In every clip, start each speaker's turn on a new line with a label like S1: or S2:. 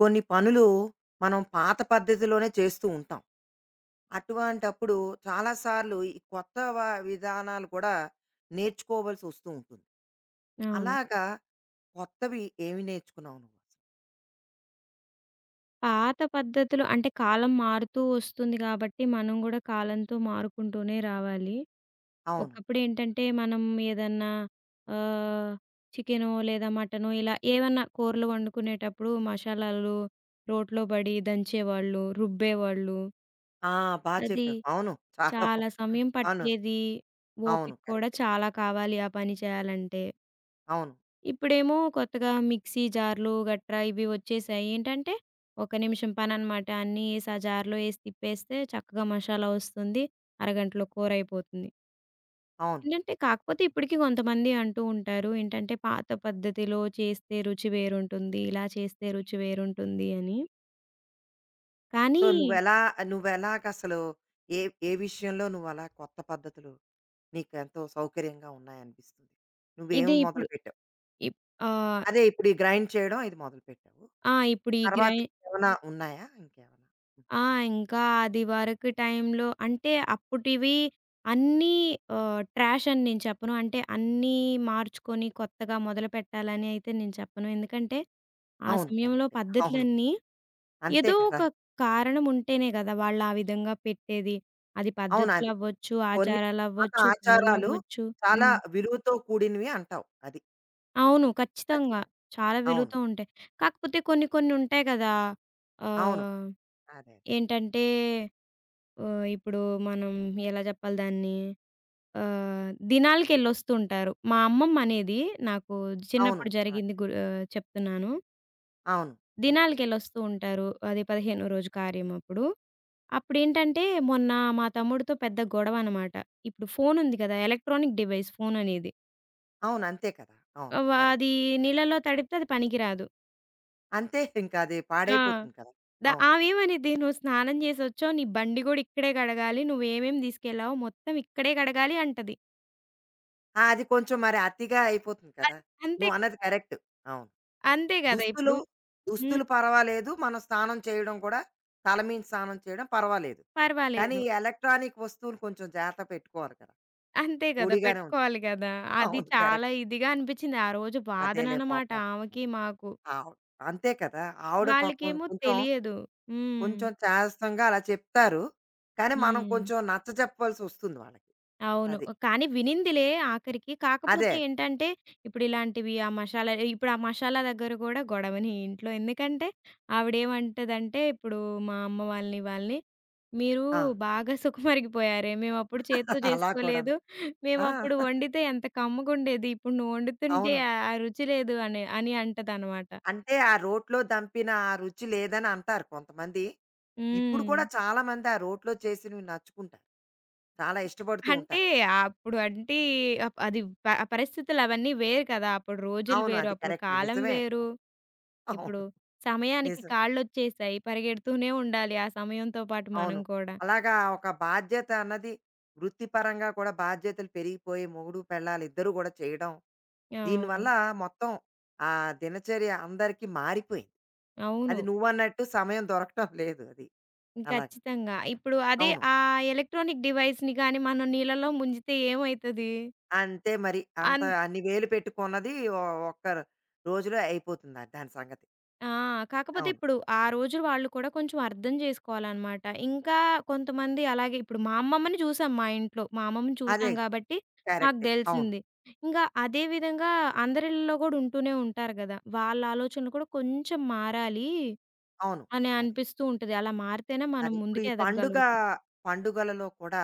S1: కొన్ని పనులు మనం పాత పద్ధతిలోనే చేస్తూ ఉంటాం. అటువంటప్పుడు చాలా సార్లు ఈ కొత్త విధానాలు కూడా నేర్చుకోవాల్సి వస్తూ ఉంటుంది.
S2: అవును.
S1: అలాగా కొత్తవి ఏమి నేర్చుకున్నావు నువ్వు? అసలు?
S2: పాత పద్ధతులు అంటే కాలం మారుతూ వస్తుంది గాబట్టి, మనం గూడా కాలంతో మారుకుంటూనే రావాలి.
S1: అవును.
S2: ఒకప్పుడేంటంటే, మనం ఏదన్నా ఆహ్, చికెనో లేదా మటనో ఇలా ఏవన్నా కూరలు వండుకునేటప్పుడు మషాలాలు రోట్లో బడి దంచేవాళ్ళు, రుబ్బేవాళ్ళు.
S1: ఆ! బా
S2: అది
S1: చెప్పావు. అవును. చాలా
S2: చాలా
S1: బావుంది.
S2: సమయం
S1: అవును.
S2: పట్టేది.
S1: అవును.
S2: ఓపిక కూడా
S1: కరెక్టే.
S2: చాలా కావాలి ఆ పని చేయాలంటే.
S1: అవును.
S2: ఇప్పుడేమో కొత్తగా మిక్సీ జార్‌లు గట్రా ఇవి వచ్చేసాయి. ఏంటంటే, ఒక నిమిషం పననమాట. అన్నీ ఏసి ఆ జార్‌లో ఏసి తిప్పేస్తే చక్కగా మసాలా వస్తుంది. అరగంటలో కూరయిపోతుంది.
S1: అవును.
S2: ఏంటంటే, కాకపోతే ఇప్పటికి కొంతమంది అంటూ ఉంటారు. ఏంటంటే, పాత పద్ధతిలో చేస్తే రుచి వేరుంటుంది. ఇలా చేస్తే రుచి వేరుంటుంది అని.
S1: సో,
S2: కానీ,
S1: నువ్వెలాగసలు ఏ ఏ విషయంలో నువ్వలా కొత్త పద్ధతులు నీకెంతో సౌకర్యంగా ఉన్నాయనిపిస్తుంది? నువ్వేం
S2: ఇది ఇప్పుడు
S1: మొదలుపెట్టావు?
S2: ఇప్ ఆహ్,
S1: అదే ఇప్పుడు ఈ గ్రైండ్ చేయడం ఇది మొదలుపెట్టావు.
S2: ఆ! ఇప్పుడు ఈ
S1: తర్వాత
S2: గ్రై
S1: ఏమైనా ఉన్నాయా? ఇంకేమైనా? హ్మ్.
S2: ఆ!
S1: అది.
S2: ఇంకా అది వరకు టైంలో అంటే అప్పుటివి అన్నీ ట్రాష్ అని నేను చెప్పను. అంటే అన్నీ మార్చుకొని కొత్తగా మొదలుపెట్టాలని అయితే నేను చెప్పను. ఎందుకంటే ఆ
S1: అవును.
S2: సమయంలో
S1: కరెక్టే. అవును.
S2: పద్ధతులన్నీ
S1: అంతే
S2: ఏదో
S1: కదా!
S2: ఒక కారణం ఉంటేనే గదా! వాళ్ళు ఆ విధంగా పెట్టేది. అది
S1: అవును అది.
S2: పద్ధతులవ్వచ్చు,
S1: కొన్ని పాత
S2: ఆచారాలవ్వచ్చు,
S1: ఆచారాలు
S2: పనులవ్వచ్చు.
S1: చాలా
S2: హ్మ్.
S1: విలువతో కూడినవి అంటావు. అది.
S2: అవును. ఖచ్చితంగా.
S1: ఖచ్చితంగా.
S2: చాలా
S1: అవును.
S2: విలువతో ఉంటాయి. కాకపోతే కొన్ని కొన్ని ఉంటాయి గదా!
S1: అవును.
S2: ఆహ్,
S1: అదే. అదే.
S2: ఏంటంటే ఓహ్! ఇప్పుడు మనం ఎలా జెప్పాలి దాన్ని? దినాలకెళ్ళొస్తూ ఉంటారు. మా అమ్మమ్మ అనేది నాకు
S1: అవును.
S2: చిన్నప్పుడు
S1: అదే.
S2: జరిగింది చెప్తున్నాను.
S1: అవును. అదే.
S2: దినాలకెళ్ళొస్తూ ఉంటారు. అది 15 రోజు కార్యం అప్పుడు. అప్పుడేంటంటే మొన్న మా తమ్ముడితో పెద్ద గొడవనమాట. ఇప్పుడు ఫోను ఉంది గదా! ఎలక్ట్రానిక్ డివైస్ ఫోననేది.
S1: అవును. అంతే కదా! అవును. కరెక్ట్.
S2: అది నీళ్ళలో తడిపితే అది పనికిరాదు.
S1: అంతే ఇంకా అది
S2: ఆ!
S1: పాడైపోతుంది కదా! అవును.
S2: ఆమేమనిద్ది "నువ్వు స్నానం జేసొచ్చావు. నీ బండి గూడా ఇక్కడే కడగాలి. నువ్వేమేమి తీసుకెళ్ళావో మొత్తం ఇక్కడే కడగాలి" అంటది.
S1: ఆ! అది కొంచెం మరి అతిగా అయిపోతుంది కదా!
S2: అది అంతే.
S1: నువ్వన్నది కరెక్ట్. అవును.
S2: అంతే గదా!
S1: దుస్తులు
S2: ఇప్పుడు. హ్మ్.
S1: దుస్తులు పర్వాలేదు. మనం స్నానం చేయడం కూడా తల మీద స్నానం చేయడం పర్వాలేదు. కానీ
S2: పర్వాలేదు.
S1: ఈ ఎలక్ట్రానిక్ వస్తువులు కొంచెం జాగ్రత్త పెట్టుకోవాలి కదా!
S2: అంతే గదా!
S1: పొడిగానే
S2: పెట్టుకోవాలి
S1: ఉంచుకోవాలి.
S2: గదా! అది
S1: అవును.
S2: చాలా
S1: కరెక్ట్.
S2: ఇదిగా అనిపిచ్చింది. ఆ రోజు
S1: అదేలే
S2: బాధననమాట
S1: పాపం.
S2: ఆమెకి,
S1: అదే.
S2: మాకు.
S1: ఆవ్ అంతే కదా! ఆవిడ పాపం
S2: వాళ్ళకేమో
S1: కొంచెం,
S2: తెలియదు. హ్మ్.
S1: కొంచెం చేదస్తంగా అలా చెప్తారు. కానీ మనం
S2: హ్మ్.
S1: కొంచెం నచ్చ చెప్పవలసొస్తుంది వాళ్ళకి.
S2: అవును.
S1: అది.
S2: కానీ వినిందిలే ఆఖరికి.
S1: అదే. అది.
S2: కాకపోతే ఏంటంటే, ఇప్పుడిలాంటివి ఆ మషాలా ఇప్పుడు ఆ మషాలా దగ్గర గూడా గొడవనే ఇంట్లో. ఎందుకంటే, ఆవిడేమంటదంటే, ఇప్పుడు మా అమ్మ వాళ్ళని, వాళ్ళని, "మీరు
S1: ఆ!
S2: బాగా సుఖమరిగిపోయారే. మేమప్పుడు చేత్తో
S1: అలా కూడాను.
S2: చేసుకోలేదు.
S1: ఆ!
S2: మేమప్పుడు వండితే ఎంత కమ్మగుండేది. ఇప్పుడు నువ్వు వండుతుంటే
S1: అవును.
S2: ఆ రుచి లేదు" అని అని అంటదనమాట.
S1: అంటే ఆ రోట్లో దంపిన ఆ రుచి లేదని అంటారు కొంతమంది. ఇప్పుడు
S2: హ్మ్.
S1: కూడా చాలామంది ఆ రోట్లో చేసినవి నచ్చుకుంటారు. చాలా ఇష్టపడుతూ
S2: అంటే,
S1: ఉంటారు.
S2: అప్పుడు అంటే, అప్ అది ప పరిస్థితులవన్నీ వేరు కదా! అప్పుడు రోజులు
S1: అవును.
S2: వేరు,
S1: అది
S2: అప్పుడు
S1: కరెక్ట్.
S2: కాలం
S1: నిజమే.
S2: వేరు.
S1: అది.
S2: ఇప్పుడు
S1: అవును.
S2: సమయానికి
S1: నిజం.
S2: కాళ్ళొచ్చేసాయి. పరిగెడుతూనే ఉండాలి. ఆ సమయంతో పాటు మనం
S1: అవును.
S2: కూడా.
S1: అలాగా ఒక బాధ్యత అన్నది వృత్తిపరంగా కూడా బాధ్యతలు పెరిగిపోయి మొగుడు, పెళ్ళాలు ఇద్దరూ కూడా చేయడం. దీనివల్ల
S2: అవును.
S1: మొత్తం ఆ దినచర్య అందరికీ మారిపోయింది.
S2: అవును.
S1: అది నువ్వన్నట్టు సమయం దొరకటం లేదు అది. అలాగా.
S2: ఖచ్చితంగా. ఇప్పుడు అదే
S1: అవును.
S2: ఆ ఎలక్ట్రానిక్ డివైస్‌ని గాని మనం నీళ్ళలో ముంజితే ఏమైతది?
S1: అంతే మరి. అంత
S2: అన్
S1: అన్ని వేలు పెట్టి కొన్నది ఒ ఒక్క రోజులో అయిపోతుంది అది, దాని సంగతి.
S2: ఆ! కాకపోతే
S1: అవును.
S2: ఇప్పుడు ఆ రోజు వాళ్ళు కూడా కొంచెం అర్థం చేసుకోవాలనమాట. ఇంకా కొంతమంది అలాగే ఇప్పుడు మా అమ్మమ్మని చూసాం మా ఇంట్లో. మా అమ్మమ్మని
S1: అదే
S2: చూసాం కాబట్టి మాకు
S1: కరెక్టే. అవును.
S2: దెలిసింది. ఇంకా అదే విధంగా అందరిళ్ళలో గూడా ఉంటూనే ఉంటారు గదా! వాళ్ళ ఆలోచనలు కూడా కొంచెం మారాలి.
S1: అవును.
S2: అని
S1: అదే.
S2: అనిపిస్తూ ఉంటది. అలా మారితేనే మనం
S1: అది. ఇప్పుడు
S2: ముందుకు
S1: ఈ పండుగ
S2: ఎదగగలుగుతాం.
S1: పండుగలలో కూడా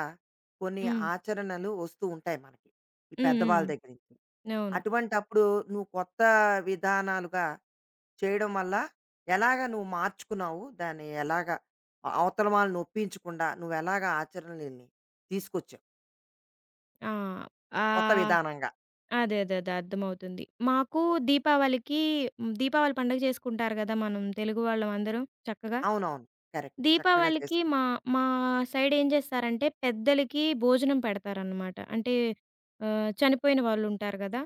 S1: కొన్ని
S2: హ్మ్.
S1: ఆచరణలు వస్తూ ఉంటాయి మనకి. ఈ
S2: హ్మ్. హ్మ్.
S1: పెద్దవాళ్ళ దగ్గర నుంచి.
S2: అవును.
S1: అటువంటప్పుడు నువ్వు కొత్త విధానాలుగా చేయడం వల్ల ఎలాగా నువ్వు మార్చుకున్నావు? దాన్ని ఎలాగా అవతల వాళ్ళని ఒప్పించకుండా నువ్వెలాగా ఆచరణలని తీసుకొచ్చావు
S2: ఆ!
S1: కొత్త
S2: ఆహ్,
S1: విధానంగా?
S2: అదే. అదే. అదే. అర్థమవుతుంది. మాకు దీపావళికి దీపావళి పండుగ చేసుకుంటారు గదా! మనం తెలుగు వాళ్ళం అందరం చక్కగా.
S1: అవునవును. కరెక్ట్. చక్కగా
S2: దీపావళికి మా మా సైడ్ ఏం చేస్తారంటే, పెద్దలకి భోజనం పెడతారనమాట. అంటే చనిపోయిన వాళ్ళుంటారు గదా!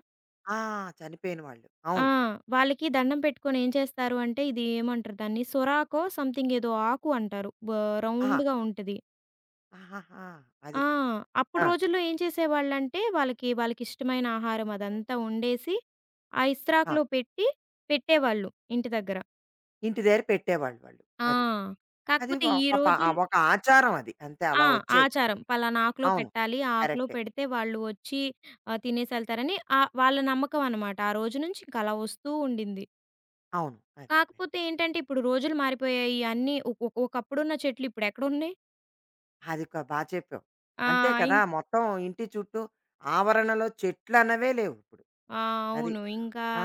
S1: ఆ! చనిపోయిన వాళ్ళు.
S2: ఆ!
S1: అవును.
S2: వాళ్ళకి దండం పెట్టుకొని ఏం చేస్తారు అంటే, ఇది ఏమంటారు దాన్ని? సొరాకో సంథింగ్ ఏదో ఆకు అంటారు.
S1: ఆహా!
S2: రౌండ్‌గా ఉంటది.
S1: ఆహాహా! అది.
S2: ఆ! అప్పుడు
S1: ఆ!
S2: రోజుల్లో ఏం చేసేవాళ్ళంటే, వాళ్ళకి వాళ్ళకిష్టమైన ఆహారం అదంతా వండేసి, ఆ
S1: ఆ!
S2: ఇస్త్రాకులో పెట్టి, పెట్టేవాళ్ళు ఇంటి దగ్గర.
S1: ఇంటి దగ్గర పెట్టేవాళ్ళు వాళ్ళు.
S2: ఆ!
S1: అది. అది
S2: కాకపోతే ఈ
S1: ఒక ఒక ఆచారం అది. అంతే
S2: ఆ!
S1: అలా వచ్చేది.
S2: ఆచారం. పలానా ఆకులో
S1: అవును.
S2: పెట్టాలి. ఆ ఆకులో
S1: కరెక్టే.
S2: పెడితే వాళ్ళు వచ్చి తినేసెళ్తారని వాళ్ళ నమ్మకం అనమాట. ఆ రోజు నుంచి ఇంకలా వస్తూ ఉండింది.
S1: అవును. అది.
S2: కాకపోతే ఏంటంటే, ఇప్పుడు రోజులు మారిపోయాయి. అన్నీ ఒక్ ఒక్ ఒకప్పుడున్న చెట్లు ఇప్పుడెక్కడున్నాయి?
S1: అది బా చెప్పావు.
S2: ఆ!
S1: అంతే
S2: ఇం
S1: కదా! మొత్తం ఇంటి చుట్టూ ఆవరణలో చెట్లన్నవే లేవు ఇప్పుడు.
S2: ఆ!
S1: అది.
S2: అవును. ఇంకా
S1: ఆ!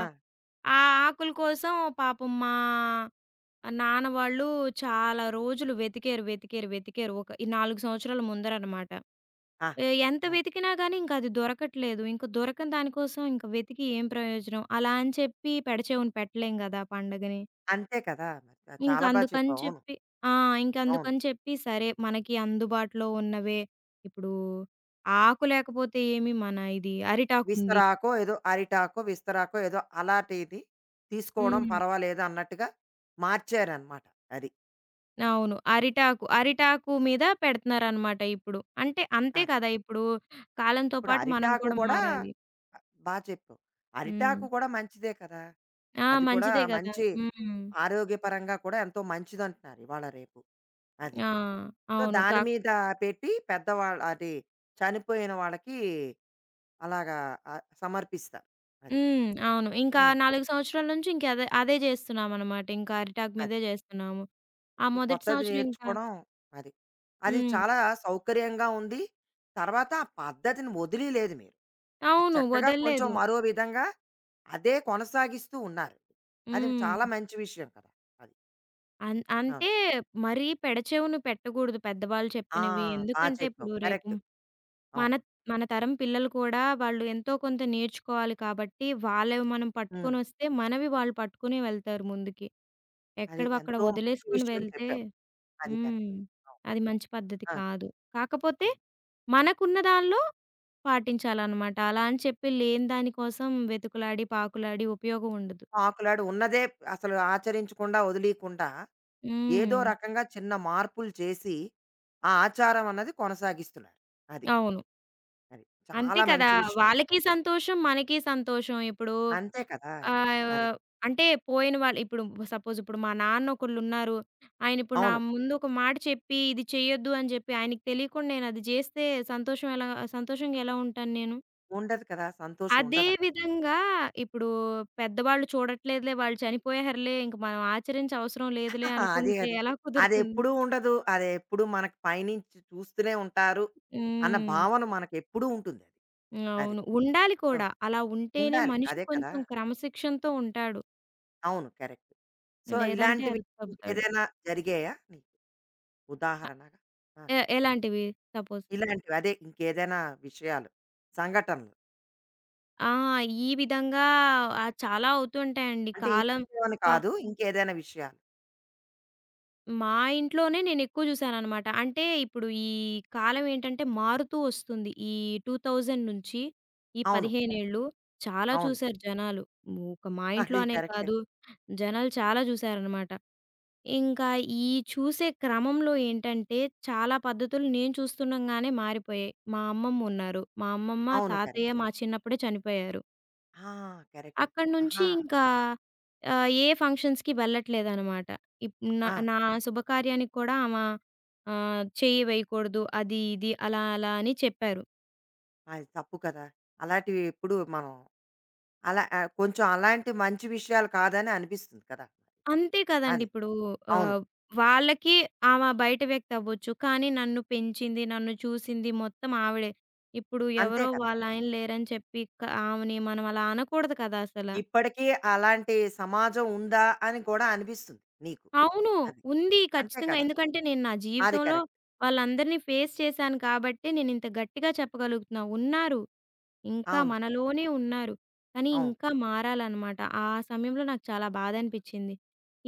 S2: ఆ ఆకుల కోసం పాపం మా నాన్న వాళ్ళు చాలా రోజులు వెతికారు, వెతికారు, వెతికారు. ఒక ఈ 4 సంవత్సరాల ముందరనమాట.
S1: ఆహా!
S2: ఎంత
S1: ఆ!
S2: వెతికినా గానీ ఇంకది దొరకట్లేదు. ఇంక దొరకని దాని కోసం ఇంక వెతికి ఏం ప్రయోజనం? అలా అని చెప్పి పెడచెవిన పెట్టలేం గదా పండగని.
S1: అంతే కదా! మరి. చాలా బా
S2: ఇంకందుకని
S1: చెప్పావు. అవును.
S2: చెప్పి ఆ!
S1: అవును.
S2: ఇంకందుకని చెప్పి సరే మనకి అందుబాటులో ఉన్నవే ఇప్పుడు ఆకు లేకపోతే ఏమి మన ఇది అరిటాకుంది.
S1: విస్తరాకో ఏదో అరిటాకో, విస్తరాకో ఏదో అలాంటిది తీసుకోవడం
S2: హ్మ్.
S1: పర్వాలేదు అన్నట్టుగా మార్చారనమాట. అది.
S2: అవును. అరిటాకు, అరిటాకు మీద పెడుతున్నారనమాట ఇప్పుడు. అంటే అంతే
S1: అదే.
S2: కదా! ఇప్పుడు కాలంతో
S1: ఇప్పుడు
S2: పాటు మనం
S1: అరిటాకు
S2: కూడా
S1: కూడా
S2: మారాలి.
S1: ఆహ్, బా చెప్పావు.
S2: హ్మ్.
S1: అరిటాకు కూడా మంచిదే కదా!
S2: ఆ!
S1: అది కూడా
S2: మంచిదే గదా!
S1: మంచి
S2: హ్మ్.
S1: ఆరోగ్యపరంగా కూడా ఎంతో మంచిదంటున్నారు ఇవాళ రేపు. అది.
S2: ఆ!
S1: సో,
S2: అవును.
S1: దాని మీద పెట్టి పెద్దవాళ్ళ అది చనిపోయిన వాళ్ళకి అలాగా ఆహ్, సమర్పిస్తారు. అది.
S2: హ్మ్. అవును. ఇంకా
S1: హ్మ్.
S2: 4 సంవత్సరాల నుంచి ఇంక అదే, అదే జేస్తున్నామనమాట. ఇంకా అరిటాకు
S1: అది.
S2: మీదే జేస్తున్నాము. ఆ
S1: ఈ
S2: మొదటి
S1: కొత్తది
S2: సంవత్సరం ఇంకా
S1: నేర్చుకోవడం అది. అది
S2: హ్మ్.
S1: చాలా సౌకర్యంగా ఉంది. తర్వాత ఆ పద్ధతిని వదిలియలేదు మీరు. అది
S2: అవును.
S1: చక్కగా కొంచెం
S2: వదల్లేదు.
S1: మరో విధంగా అదే కొనసాగిస్తూ ఉన్నారు. అది
S2: హ్మ్.
S1: చాలా మంచి విషయం కదా! అది.
S2: అంటే
S1: అవును.
S2: మరీ పెడచెవున పెట్టకూడదు పెద్దవాళ్ళు
S1: ఆ!
S2: చెప్పినవి.
S1: బా
S2: ఎందుకంటే
S1: చెప్పావు.
S2: ఇప్పుడు రేపు
S1: కరెక్ట్.
S2: మన
S1: అవును.
S2: మన తరం పిల్లలు కూడా వాళ్ళు ఎంతో కొంత నేర్చుకోవాలి కాబట్టి, వాళ్ళవి మనం
S1: హ్మ్.
S2: పట్టుకొనొస్తే మనవి వాళ్ళు పట్టుకుని వెళ్తారు ముందుకి.
S1: అది
S2: ఎక్కడివక్కడ
S1: ఎంతో మంచి
S2: వదిలేసుకొని
S1: విషయం
S2: వెళ్తే
S1: చెప్పావు. అది
S2: హ్మ్.
S1: కరెక్ట్. అవును.
S2: అది మంచి పద్ధతి
S1: ఆ!
S2: కాదు. కాకపోతే
S1: అవును.
S2: మనకున్న దానిలో పాటించాలనమాట. అలా అని చెప్పి లేని దానికోసం వెతుకులాడి, పాకులాడి ఉపయోగం ఉండదు.
S1: పాకులాడి ఉన్నదే అసలు ఆచరించకుండా వదిలీకుండా ఏదో
S2: హ్మ్.
S1: రకంగా చిన్న మార్పులు చేసి, ఆ ఆచారం అన్నది కొనసాగిస్తున్నారు. అది.
S2: అవును.
S1: అది.
S2: అంతే
S1: చాలా
S2: కదా!
S1: మంచి విషయం అది.
S2: వాళ్ళకి సంతోషం, మనకి సంతోషం. ఇప్పుడు
S1: అంతే కదా! ఇది. అది.
S2: ఆహ్, అంటే పోయిన వాళ్ళు ఇప్పుడు సపోజ్ ఇప్పుడు మా నాన్న ఒకళ్ళున్నారు. ఆయన ఇప్పుడు నా
S1: అవును.
S2: ముందు ఒక మాట చెప్పి, ఇది చేయొద్దు అని చెప్పి ఆయనకి తెలియకుండా నేను అది చేస్తే సంతోషం ఎలా సంతోషంగా ఎలా ఉంటాను నేను?
S1: ఉండదు కదా! సంతోషం
S2: అదే
S1: ఉండదక్కడ.
S2: విధంగా ఇప్పుడు పెద్దవాళ్ళు చూడట్లేదులే, వాళ్ళు చనిపోయారులే, ఇంక మనం ఆచరించవసరం లేదులే
S1: అది
S2: అనుకుంటే
S1: అది.
S2: ఎలా కుదురుతుంది?
S1: అదెప్పుడూ ఉండదు. అదెప్పుడు మనకు పైనుంచి చూస్తూనే ఉంటారు అన్న
S2: హ్మ్.
S1: భావన మనకెప్పుడూ ఉంటుందది. అది. అది
S2: అవును. ఉండాలి
S1: సో,
S2: కూడా. అలా ఉంటేనే
S1: ఉండాలి.
S2: మనిషి
S1: అదే కదా!
S2: కొంచెం క్రమశిక్షణతో ఉంటాడు.
S1: అవును. కరెక్ట్. సో,
S2: లేదంటే
S1: ఇలాంటివి
S2: అదుపు తప్పుతాడు.
S1: ఇంకేదైనా జరిగాయా నీకు
S2: ఆహ్,
S1: ఉదాహరణగా? ఆ!
S2: ఎలాంటివి సపోజ్?
S1: ఇలాంటివి అదే ఇంకేదైనా విషయాలు, సంఘటనలు.
S2: ఆ! ఈ విధంగా చాలా అవుతుంటాయండి.
S1: అంటే ఈ
S2: కాలం
S1: విషయం అని
S2: కా
S1: కాదు. ఇంకేదైనా విషయాలు.
S2: మా ఇంట్లోనే నేనెక్కువ చూసాననమాట. అంటే ఇప్పుడు ఈ కాలం ఏంటంటే మారుతూ వస్తుంది. ఈ 2000 నుంచి ఈ
S1: అవును.
S2: 15
S1: కరెక్ట్.
S2: ఏళ్ళు చాలా
S1: అవును.
S2: చూసారు జనాలు. ఒక మా ఇంట్లో
S1: అది
S2: అనే
S1: కరెక్టే.
S2: కాదు జనాలు చాలా చూసారనమాట. ఇంకా ఈ చూసే క్రమంలో ఏంటంటే, చాలా పద్ధతులు నేను చూస్తుండగానే మారిపోయాయి. మా అమ్మమ్మ ఉన్నారు. మా అమ్మమ్మ,
S1: అవును. కరెక్ట్.
S2: తాతయ్య మా చిన్నప్పుడే చనిపోయారు.
S1: ఆ! కరెక్ట్.
S2: అక్కడ్నుంచి
S1: ఆహా!
S2: ఇంకా ఏ ఫంక్షన్స్‌కి వెళ్ళట్లేదనమాట. ఇప్ నా
S1: ఆ!
S2: నా శుభకార్యానికి కూడా చెయ్యి వేయకూడదు. అది, ఇది అలా, అలా అని చెప్పారు.
S1: అది తప్పు కదా! అలాంటివి ఎప్పుడు మనం అలా ఆహ్, కొంచెం అలాంటి మంచి విషయాలు కాదని అనిపిస్తుంది కదా!
S2: అంతే కదండీ!
S1: అది.
S2: ఇప్పుడు
S1: అవును.
S2: ఆహ్, వాళ్ళకి ఆమె బయట వ్యక్తి అవ్వచ్చు. కానీ నన్ను పెంచింది, నన్ను చూసింది మొత్తం ఆవిడే. ఇప్పుడు
S1: అంతే
S2: ఎవరో
S1: కదా!
S2: వాళ్ళాయన లేరని చెప్పి ఆమెని మనం అలా అనకూడదు కదా! అసల.
S1: ఇప్పటికీ అలాంటి సమాజం ఉందా అని కూడా అనిపిస్తుంది నీకు.
S2: అవును.
S1: అది.
S2: ఉంది
S1: అంతే
S2: ఖచ్చితంగా.
S1: కదా!
S2: ఎందుకంటే నేను నా
S1: అది
S2: జీవితంలో
S1: కరెక్ట్.
S2: వాళ్ళందరిని ఫేస్ చేశాను కాబట్టే నేనింత గట్టిగా చెప్పగలుగుతున్నా. ఉన్నారు. ఇంకా
S1: అవును. కరెక్ట్.
S2: మనలోనే ఉన్నారు. కానీ
S1: అవును.
S2: ఇంకా మారాలనమాట. ఆ సమయంలో నాకు చాలా బాధనిపిచ్చింది.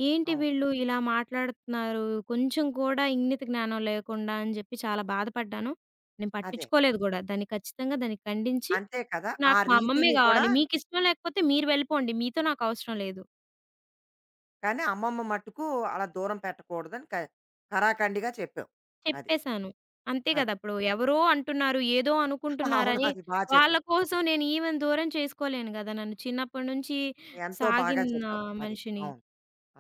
S2: ఏంటి
S1: అవును.
S2: వీళ్ళు ఇలా మాట్లాడుతున్నారు, కొంచెం కూడా ఇంగిత జ్ఞానం లేకుండా అని జెప్పి చాలా బాధపడ్డాను. నేను
S1: అదే.
S2: పట్టించుకోలేదు గూడా. దాన్ని ఖండించి,
S1: అంతే కదా! ఆ
S2: నాకు మా అమ్మమ్మే
S1: రీతిని కూడా
S2: గావాలి. మీకిష్టం లేకపోతే మీరు వెళ్ళిపోండి. మీతో నాకవసరం లేదు.
S1: కానీ అమ్మమ్మ మట్టుకు అలా దూరం పెట్టకూడదని ఖరాఖండిగా చెప్పావు. అది.
S2: చెప్పేసాను. అంతే గదా!
S1: అది.
S2: ఇప్పుడు ఎవరో అంటున్నారు, ఏదో
S1: అవును.
S2: అనుకుంటున్నారని
S1: అది బా
S2: వాళ్ళ
S1: చెప్పావు.
S2: కోసం నేను ఈమెను దూరం చేసుకోలేను గదా! నన్ను చిన్నప్పటి నుంచి
S1: ఎంతో
S2: సాగిన
S1: బాగా చెప్పావు. అది.
S2: మనిషిని.
S1: అవును.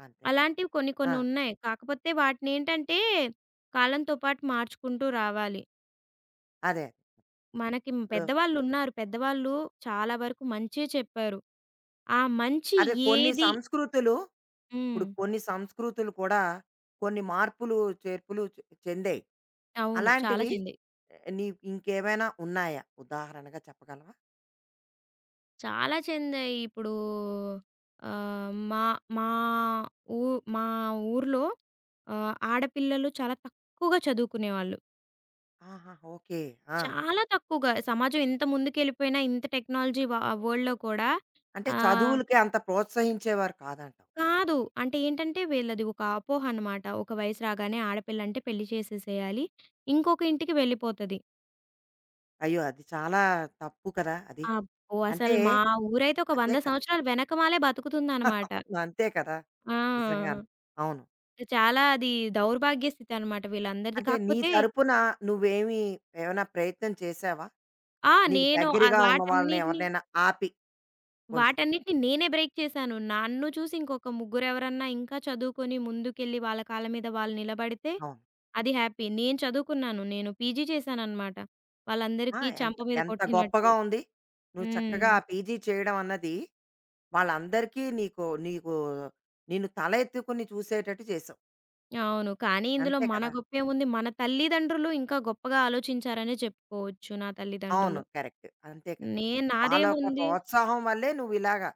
S1: అంతే కదా!
S2: అలాంటివి కొన్ని
S1: ఆ!
S2: కొన్నున్నాయి. కాకపోతే వాటినేంటంటే, కాలంతో పాటు మార్చుకుంటూ రావాలి.
S1: అదే. అదే.
S2: మనకి పెద్దవాళ్ళున్నారు.
S1: ఇప్పుడు
S2: పెద్దవాళ్ళు ఉన్నారు, పెద్దవాళ్ళు చాలా వరకు మంచే చెప్పారు. ఆ మంచి
S1: అదే కొన్ని
S2: ఏది
S1: సంస్కృతులు
S2: హ్మ్.
S1: ఇప్పుడు కొన్ని సంస్కృతులు కూడా కొన్ని మార్పులు, చేర్పులు చె చెందాయి.
S2: అవును. చాలా
S1: అలాంటివి
S2: చెందాయి.
S1: ఆహ్, నీకు ఇంకేమైనా ఉన్నాయా? ఉదాహరణగా చెప్పగలవా?
S2: చాలా చెందాయి. ఇప్పుడు మా మా ఊ మా ఊర్లో ఆడపిల్లలు చాలా తక్కువగా చదువుకునేవాళ్ళు.
S1: ఆహా! ఓకే. ఆ!
S2: చాలా తక్కువగా. సమాజం ఎంత ముందుకెళ్ళిపోయినా ఇంత టెక్నాలజీ వరల్డ్‌లో కూడా
S1: అంటే
S2: ఆహ్
S1: చదువులకి అంత ప్రోత్సహించేవారు కాదంటావు.
S2: కాదు. అంటే ఏంటంటే వీళ్ళది ఒక అపోహ అనమాట. ఒక వయసు రాగానే ఆడపిల్లంటే పెళ్లి చేసేసేయాలి. ఇంకొక ఇంటికి వెళ్ళిపోతది.
S1: అయ్యో! అది చాలా తప్పు కదా! అది.
S2: అబ్బో!
S1: అంటే
S2: అసలు మా ఊరైతే ఒక
S1: అదే
S2: 100
S1: కదా!
S2: సంవత్సరాలు వెనకమాలే బతుకుతుందనమాట.
S1: అవును. అంతే కదా!
S2: ఆ!
S1: నిజంగాను. అవును.
S2: చాలా అది దౌర్భాగ్య స్థితి అనమాట వీళ్ళందరిది.
S1: అంటే నీ
S2: కాకపోతే
S1: తరపున నువ్వేమి ఏమైనా ప్రయత్నం చేశావా?
S2: ఆ!
S1: నీకు
S2: నేను
S1: దగ్గరగా ఉన్న వాళ్ళని
S2: వాటన్నిటిని
S1: ఎవరినైనా ఆపి కొంచెం.
S2: వాటన్నిటిని నేనే బ్రేక్ చేశాను. నన్ను చూసి ఇంకొక ముగ్గురెవరన్నా ఇంకా చదువుకొని ముందుకెళ్ళి వాళ్ళ కాళ్ళ మీద వాళ్ళు నిలబడితే
S1: అవును.
S2: అది హ్యాపీ. నేను చదువుకున్నాను. నేను పీజీ చేశాననమాట.
S1: ఆ!
S2: వాళ్ళందరికీ
S1: ఎంత
S2: చెంప మీద
S1: ఎంత
S2: కొట్టినట్టు.
S1: గొప్పగా ఉంది. నువ్వు
S2: హ్మ్.
S1: చక్కగా ఆ పీజీ చేయడం అన్నది వాళ్ళందరికీ నీకు నీకు నిన్ను తల ఎత్తుకుని చూసేటట్టు చేసావు.
S2: అవును. కానీ ఇందులో
S1: అంతే
S2: మన
S1: కదా!
S2: గొప్పేముంది? మన తల్లిదండ్రులు ఇంకా గొప్పగా ఆలోచించారనే చెప్పుకోవచ్చు నా
S1: అవును.
S2: తల్లిదండ్రులు.
S1: కరెక్ట్. అంతే కదా!
S2: నే
S1: వాళ్ళ యొక్క
S2: నాదేముంది?
S1: ప్రోత్సాహం వల్లే నువ్విలాగా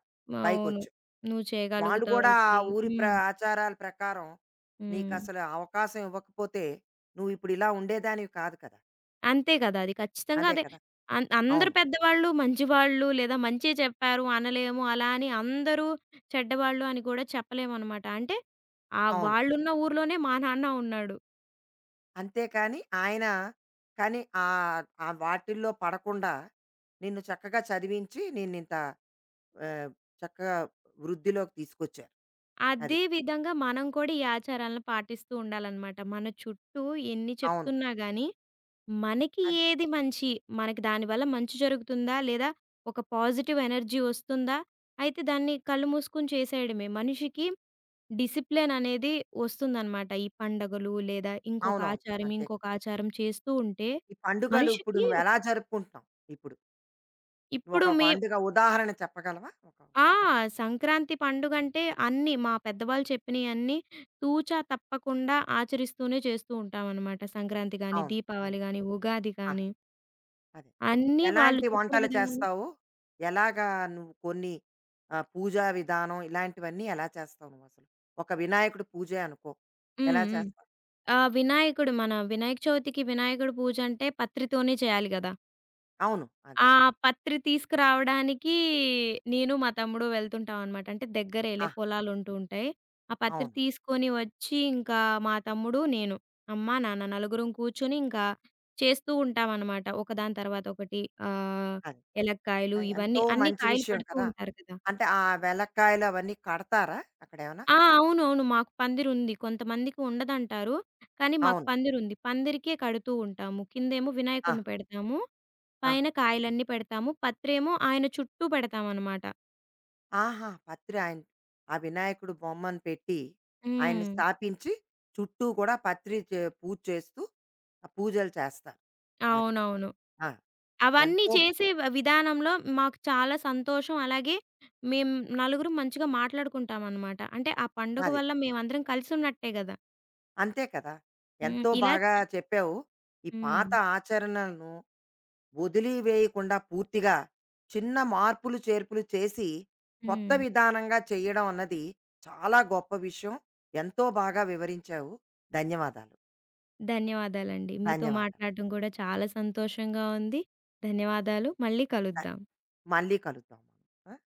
S2: అవును.
S1: పైకొచ్చావు.
S2: నువ్వు
S1: వాళ్ళు
S2: చేయగలుగుతావు
S1: కూడా ఆ
S2: చెయ్యి.
S1: ఊరి
S2: హ్మ్.
S1: ఆచారాల ప్రకారం
S2: హ్మ్.
S1: నీకసలు అవకాశం ఇవ్వకపోతే నువ్విప్పుడు ఇలా ఉండేదానివి కాదు కదా!
S2: అంతే గదా! అది ఖచ్చితంగా
S1: అదే
S2: అదే.
S1: కదా!
S2: అందరు
S1: అవును.
S2: పెద్దవాళ్ళు మంచివాళ్ళు లేదా మంచే చెప్పారు అనలేము. అలా అని అందరూ చెడ్డవాళ్ళు అని గూడా చెప్పలేమనమాట. అంటే
S1: అవును.
S2: వాళ్ళున్న ఊర్లోనే మా నాన్న ఉన్నాడు.
S1: అంతేకాని ఆయన కానీ ఆహ్, ఆ వాటిల్లో పడకుండా నిన్ను చక్కగా చదివించి నిన్నింత ఆహ్, చక్కగా వృద్ధిలోకి తీసుకొచ్చారు. అది.
S2: అదే విధంగా మనం కూడా ఈ ఆచారాలను పాటిస్తూ ఉండాలనమాట. మన చుట్టూ ఎన్ని
S1: అవును.
S2: చెప్తున్నా గాని మనకి
S1: అదే.
S2: ఏది మంచి? మనకి దానివల్ల మంచి జరుగుతుందా? లేదా ఒక పాజిటివ్ ఎనర్జీ వస్తుందా? అయితే దాన్ని కళ్ళు మూసుకొని చేసేయడమే. మనిషికి డిసిప్లిన్ అనేది వస్తుందనమాట. ఈ పండగలు లేదా ఇంకొక
S1: అవునవును.
S2: ఆచారం,
S1: అంతే.
S2: ఇంకొక ఆచారం చేస్తూ ఉంటే
S1: ఈ పండుగలు ఇప్పుడు
S2: మనిషికి ఒక
S1: నువ్వెలా జరుపుకుంటున్నావు ఇప్పుడు?
S2: ఇప్పుడు
S1: నువ్వొక పండుగ ఉదాహరణ చెప్పగలవా? ఒక
S2: ఆ! సంక్రాంతి పండుగంటే అన్నీ మా పెద్దవాళ్ళు చెప్పినియన్నీ తూచా తప్పకుండా ఆచరిస్తూనే చేస్తూ ఉంటామనమాట. సంక్రాంతి గాని,
S1: అవును.
S2: దీపావళి
S1: అంతే.
S2: గాని, ఉగాది
S1: ఆహా!
S2: గాని
S1: అదే.
S2: అన్నీ వాళ్ళు
S1: ఎలాంటి
S2: చెప్పిన
S1: వంటలు
S2: విధంగా
S1: చేస్తావు? ఎలాగా నువ్వు కొన్ని ఆహ్, పూజా విధానం ఇలాంటివన్నీ ఎలా చేస్తావు నువ్వసలు? ఒక వినాయకుడి పూజే అనుకో.
S2: హ్మ్.
S1: ఎలా
S2: హ్మ్.
S1: చేస్తావు?
S2: వినాయకుడు మన వినాయక చవితికి వినాయకుడి పూజంటే పత్రితోనే చేయాలి గదా!
S1: అవును. అదే
S2: ఆ
S1: కదా!
S2: పత్రి తీసుకురావడానికి నేను, మా తమ్ముడు వెళ్తుంటామనమాట. అంటే దగ్గరేలే
S1: ఆ!
S2: పొలాలుంటూ ఉంటాయి. ఆ పత్రి
S1: అవును.
S2: తీసుకొని వచ్చి ఇంకా మా తమ్ముడు, నేను, అమ్మ, నాన్న నలుగురం కూర్చొని ఇంకా చేస్తూ ఉంటామనమాట. ఒకదాని తర్వాత ఒకటి ఆహ్,
S1: అదే.
S2: ఎలక్కాయలు
S1: అది
S2: ఇవన్నీ
S1: ఎంతో
S2: అన్ని
S1: మంచి
S2: కాయలు
S1: విషయం
S2: పెడుతూ
S1: కదా!
S2: ఉంటారు కదా!
S1: అంటే ఆ వెలక్కాయలు అవన్నీ కడతారా అక్కడేమన్నా?
S2: ఆ! అవునవును. మాకు పందిరుంది. కొంతమందికి ఉండదంటారు. కానీ మాకు
S1: అవును.
S2: పందిరుంది. పందిరికే కడుతూ ఉంటాము. కిందేమో
S1: ఆహా!
S2: వినాయకుడిని పెడతాము. పైన
S1: ఆహా!
S2: కాయలన్నీ పెడతాము. పత్రేమో ఆయన చుట్టూ పెడతామనమాట.
S1: ఆహా! పత్రి ఆయన ఆ వినాయకుడు బొమ్మను పెట్టి, ఆయన్ని
S2: హ్మ్.
S1: స్థాపించి చుట్టూ కూడా పత్రి పూజ చేస్తూ ఆ పూజలు చేస్తారు. అది.
S2: అవునవును.
S1: ఆ!
S2: అవన్నీ
S1: ఎంతో
S2: చేసే విధానంలో మాకు చాలా సంతోషం. అలాగే మేము నలుగురం మంచిగా మాట్లాడుకుంటామనమాట. అంటే ఆ పండుగ
S1: అది.
S2: వల్ల మేమందరం కలిసున్నట్టే గదా!
S1: అంతే కదా!
S2: హ్మ్.
S1: ఎంతో
S2: ఇలా
S1: బాగా
S2: చ
S1: చెప్పావు. ఈ
S2: హ్మ్.
S1: పాత ఆచరణలను వదిలివేయకుండా పూర్తిగా చిన్న మార్పులు, చేర్పులు చేసి కొత్త
S2: హ్మ్.
S1: విధానంగా చేయడం అన్నది చాలా గొప్ప విషయం. ఎంతో బాగా వివరించావు. ధన్యవాదాలు.
S2: ధన్యవాదాలండి. మీతో
S1: ధన్యవాదాలు.
S2: మాట్లాడడం కూడా చాలా సంతోషంగా ఉంది. ధన్యవాదాలు. మళ్ళీ
S1: ధ
S2: కలుద్దాం.
S1: మళ్ళీ కలుద్దాం. మనం. ఆ!